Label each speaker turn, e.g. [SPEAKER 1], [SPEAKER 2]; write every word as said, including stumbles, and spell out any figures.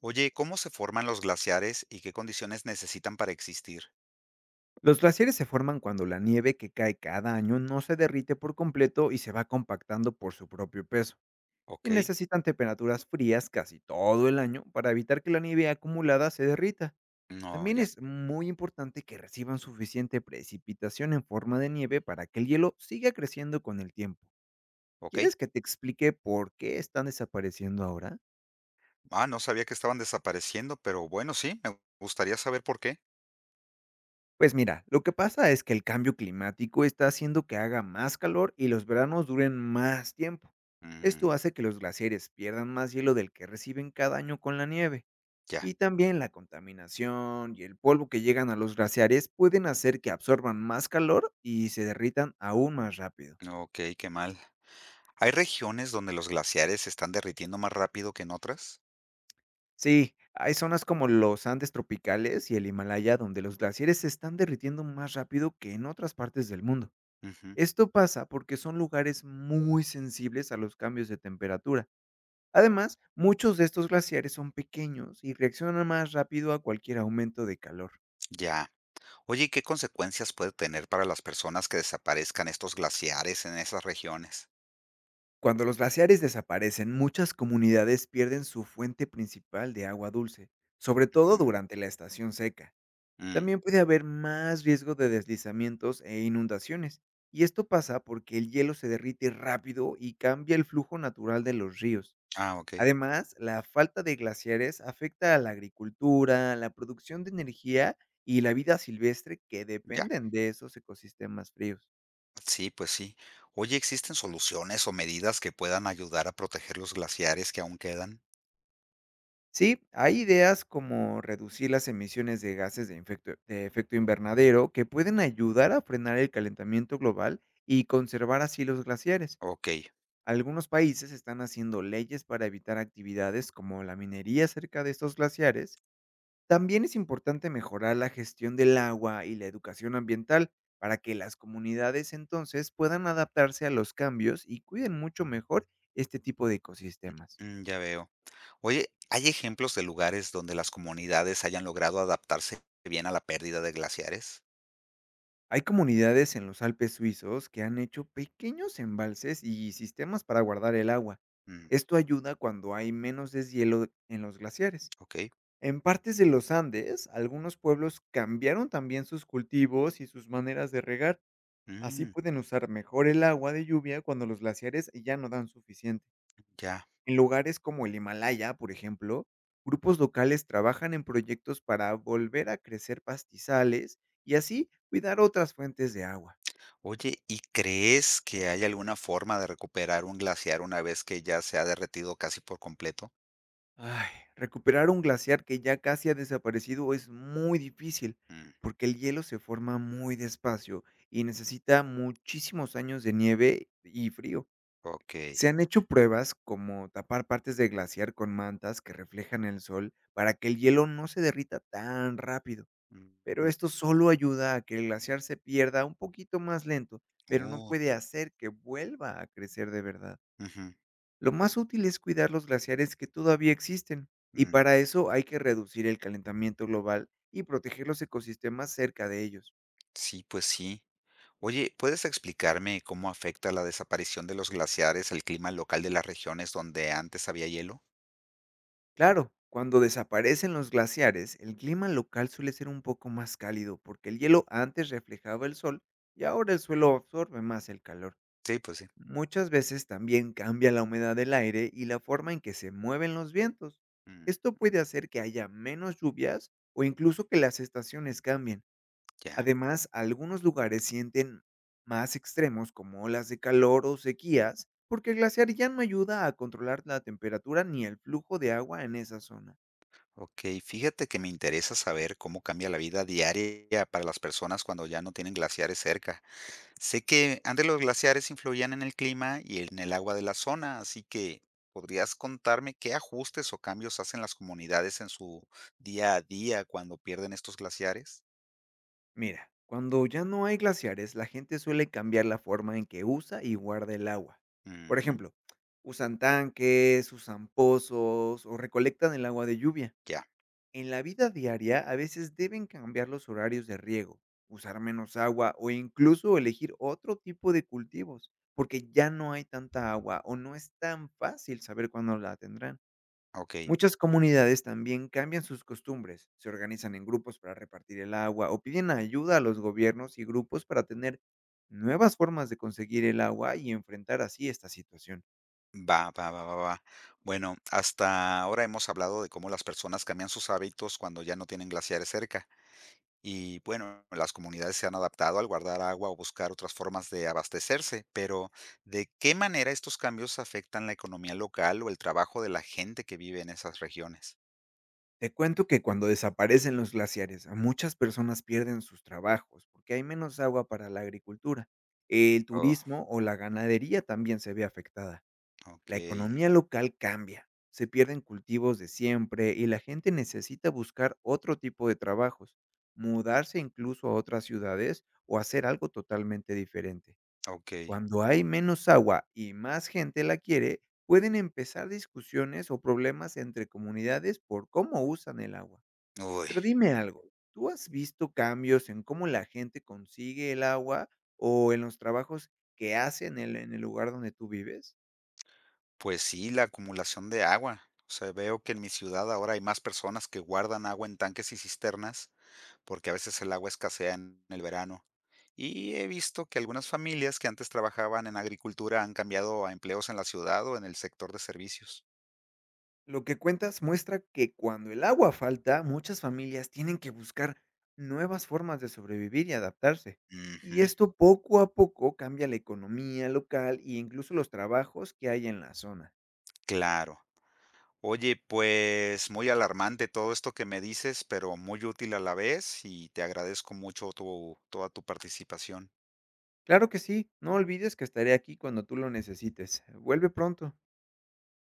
[SPEAKER 1] Oye, ¿cómo se forman los glaciares y qué condiciones necesitan para existir?
[SPEAKER 2] Los glaciares se forman cuando la nieve que cae cada año no se derrite por completo y se va compactando por su propio peso, y
[SPEAKER 1] Ok,
[SPEAKER 2] necesitan temperaturas frías casi todo el año para evitar que la nieve acumulada se derrita.
[SPEAKER 1] no,
[SPEAKER 2] También
[SPEAKER 1] ya,
[SPEAKER 2] es muy importante que reciban suficiente precipitación en forma de nieve para que el hielo siga creciendo con el tiempo.
[SPEAKER 1] ok.
[SPEAKER 2] ¿Quieres que te explique por qué están desapareciendo ahora?
[SPEAKER 1] Ah, no sabía que estaban desapareciendo, pero bueno, sí, me gustaría saber por qué.
[SPEAKER 2] Pues mira, lo que pasa es que el cambio climático está haciendo que haga más calor y los veranos duren más tiempo. Esto
[SPEAKER 1] Mm,
[SPEAKER 2] hace que los glaciares pierdan más hielo del que reciben cada año con la nieve.
[SPEAKER 1] ya,
[SPEAKER 2] Y también la contaminación y el polvo que llegan a los glaciares pueden hacer que absorban más calor y se derritan aún más rápido.
[SPEAKER 1] ok, qué mal. ¿Hay regiones donde los glaciares se están derritiendo más rápido que en otras?
[SPEAKER 2] Sí, hay zonas como los Andes tropicales y el Himalaya donde los glaciares se están derritiendo más rápido que en otras partes del mundo.
[SPEAKER 1] Ujú,
[SPEAKER 2] Esto pasa porque son lugares muy sensibles a los cambios de temperatura. Además, muchos de estos glaciares son pequeños y reaccionan más rápido a cualquier aumento de calor.
[SPEAKER 1] ya. Oye, ¿y qué consecuencias puede tener para las personas que desaparezcan estos glaciares en esas regiones?
[SPEAKER 2] Cuando los glaciares desaparecen, muchas comunidades pierden su fuente principal de agua dulce, sobre todo
[SPEAKER 1] Ujú,
[SPEAKER 2] durante la estación seca.
[SPEAKER 1] mm,
[SPEAKER 2] También puede haber más riesgo de deslizamientos e inundaciones, y esto pasa porque el hielo se derrite rápido y cambia el flujo natural de los ríos.
[SPEAKER 1] ah, ok,
[SPEAKER 2] Además, la falta de glaciares afecta a la agricultura, la producción de energía y la vida silvestre que
[SPEAKER 1] ya.
[SPEAKER 2] dependen de esos ecosistemas fríos.
[SPEAKER 1] Sí, pues sí. Oye, ¿existen soluciones o medidas que puedan ayudar a proteger los glaciares que aún quedan?
[SPEAKER 2] Sí, hay ideas como reducir las emisiones de gases de, infecto- de efecto invernadero que pueden ayudar a frenar el calentamiento global y conservar así los glaciares.
[SPEAKER 1] Ok,
[SPEAKER 2] Algunos países están haciendo leyes para evitar actividades como la minería cerca de estos glaciares. También es importante mejorar la gestión del agua y la educación ambiental para que las comunidades entonces puedan adaptarse a los cambios y cuiden mucho mejor este tipo de ecosistemas.
[SPEAKER 1] mm, ya veo. Oye, ¿hay ejemplos de lugares donde las comunidades hayan logrado adaptarse bien a la pérdida de glaciares?
[SPEAKER 2] Hay comunidades en los Alpes suizos que han hecho pequeños embalses y sistemas para guardar el agua.
[SPEAKER 1] Mm,
[SPEAKER 2] Esto ayuda cuando hay menos deshielo en los glaciares.
[SPEAKER 1] ok,
[SPEAKER 2] En partes de los Andes, algunos pueblos cambiaron también sus cultivos y sus maneras de regar. Así
[SPEAKER 1] mm,
[SPEAKER 2] pueden usar mejor el agua de lluvia cuando los glaciares ya no dan suficiente.
[SPEAKER 1] ya.
[SPEAKER 2] En lugares como el Himalaya, por ejemplo, grupos locales trabajan en proyectos para volver a crecer pastizales y así cuidar otras fuentes de agua.
[SPEAKER 1] Oye, ¿y crees que hay alguna forma de recuperar un glaciar una vez que ya se ha derretido casi por completo?
[SPEAKER 2] Ay, recuperar un glaciar que ya casi ha desaparecido es muy difícil
[SPEAKER 1] Mm,
[SPEAKER 2] porque el hielo se forma muy despacio y necesita muchísimos años de nieve y frío.
[SPEAKER 1] ok.
[SPEAKER 2] Se han hecho pruebas como tapar partes de glaciar con mantas que reflejan el sol para que el hielo no se derrita tan rápido,
[SPEAKER 1] Mm,
[SPEAKER 2] pero
[SPEAKER 1] ujú.
[SPEAKER 2] esto solo ayuda a que el glaciar se pierda un poquito más lento, pero no
[SPEAKER 1] Uh,
[SPEAKER 2] puede hacer que vuelva a crecer de verdad.
[SPEAKER 1] ujú,
[SPEAKER 2] Lo más útil es cuidar los glaciares que todavía existen, y
[SPEAKER 1] mm,
[SPEAKER 2] para eso hay que reducir el calentamiento global y proteger los ecosistemas cerca de ellos.
[SPEAKER 1] sí, pues sí. Oye, ¿puedes explicarme cómo afecta la desaparición de los glaciares al clima local de las regiones donde antes había hielo?
[SPEAKER 2] Claro, cuando desaparecen los glaciares, el clima local suele ser un poco más cálido porque el hielo antes reflejaba el sol y ahora el suelo absorbe más el calor.
[SPEAKER 1] Sí, pues sí.
[SPEAKER 2] Muchas veces también cambia la humedad del aire y la forma en que se mueven los vientos.
[SPEAKER 1] Mm,
[SPEAKER 2] Esto
[SPEAKER 1] mm,
[SPEAKER 2] puede hacer que haya menos lluvias o incluso que las estaciones cambien.
[SPEAKER 1] ya.
[SPEAKER 2] Además, algunos lugares sienten más extremos como olas de calor o sequías porque el glaciar ya no ayuda a controlar la temperatura ni el flujo de agua en esa zona.
[SPEAKER 1] Ok, fíjate que me interesa saber cómo cambia la vida diaria para las personas cuando ya no tienen glaciares cerca. Sé que antes los glaciares influían en el clima y en el agua de la zona, así que ¿podrías contarme qué ajustes o cambios hacen las comunidades en su día a día cuando pierden estos glaciares?
[SPEAKER 2] Mira, cuando ya no hay glaciares, la gente suele cambiar la forma en que usa y guarda el agua. Por
[SPEAKER 1] Ujú,
[SPEAKER 2] ejemplo, usan tanques, usan pozos o recolectan el agua de lluvia.
[SPEAKER 1] ya,
[SPEAKER 2] En la vida diaria, a veces deben cambiar los horarios de riego, usar menos agua o incluso elegir otro tipo de cultivos, porque ya no hay tanta agua o no es tan fácil saber cuándo la tendrán.
[SPEAKER 1] ok.
[SPEAKER 2] Muchas comunidades también cambian sus costumbres, se organizan en grupos para repartir el agua o piden ayuda a los gobiernos y grupos para tener nuevas formas de conseguir el agua y enfrentar así esta situación.
[SPEAKER 1] Va, va, va, va, va. Bueno, hasta ahora hemos hablado de cómo las personas cambian sus hábitos cuando ya no tienen glaciares cerca. Y bueno, las comunidades se han adaptado al guardar agua o buscar otras formas de abastecerse, pero ¿de qué manera estos cambios afectan la economía local o el trabajo de la gente que vive en esas regiones?
[SPEAKER 2] Te cuento que cuando desaparecen los glaciares, a muchas personas pierden sus trabajos porque hay menos agua para la agricultura. El
[SPEAKER 1] Oh,
[SPEAKER 2] turismo o la ganadería también se ve afectada.
[SPEAKER 1] ok,
[SPEAKER 2] La economía local cambia, se pierden cultivos de siempre y la gente necesita buscar otro tipo de trabajos, mudarse incluso a otras ciudades o hacer algo totalmente diferente.
[SPEAKER 1] ok.
[SPEAKER 2] Cuando hay menos agua y más gente la quiere, pueden empezar discusiones o problemas entre comunidades por cómo usan el agua.
[SPEAKER 1] Uy,
[SPEAKER 2] Pero dime algo, ¿tú has visto cambios en cómo la gente consigue el agua o en los trabajos que hacen en el en el lugar donde tú vives?
[SPEAKER 1] pues sí, la acumulación de agua. O sea, veo que en mi ciudad ahora hay más personas que guardan agua en tanques y cisternas porque a veces el agua escasea en el verano. Y he visto que algunas familias que antes trabajaban en agricultura han cambiado a empleos en la ciudad o en el sector de servicios.
[SPEAKER 2] Lo que cuentas muestra que cuando el agua falta, muchas familias tienen que buscar nuevas formas de sobrevivir y adaptarse. Y
[SPEAKER 1] Ujú,
[SPEAKER 2] esto poco a poco cambia la economía local e incluso los trabajos que hay en la zona.
[SPEAKER 1] claro. Oye, pues muy alarmante todo esto que me dices, pero muy útil a la vez y te agradezco mucho tu, toda tu participación.
[SPEAKER 2] Claro que sí, no olvides que estaré aquí cuando tú lo necesites. Vuelve pronto.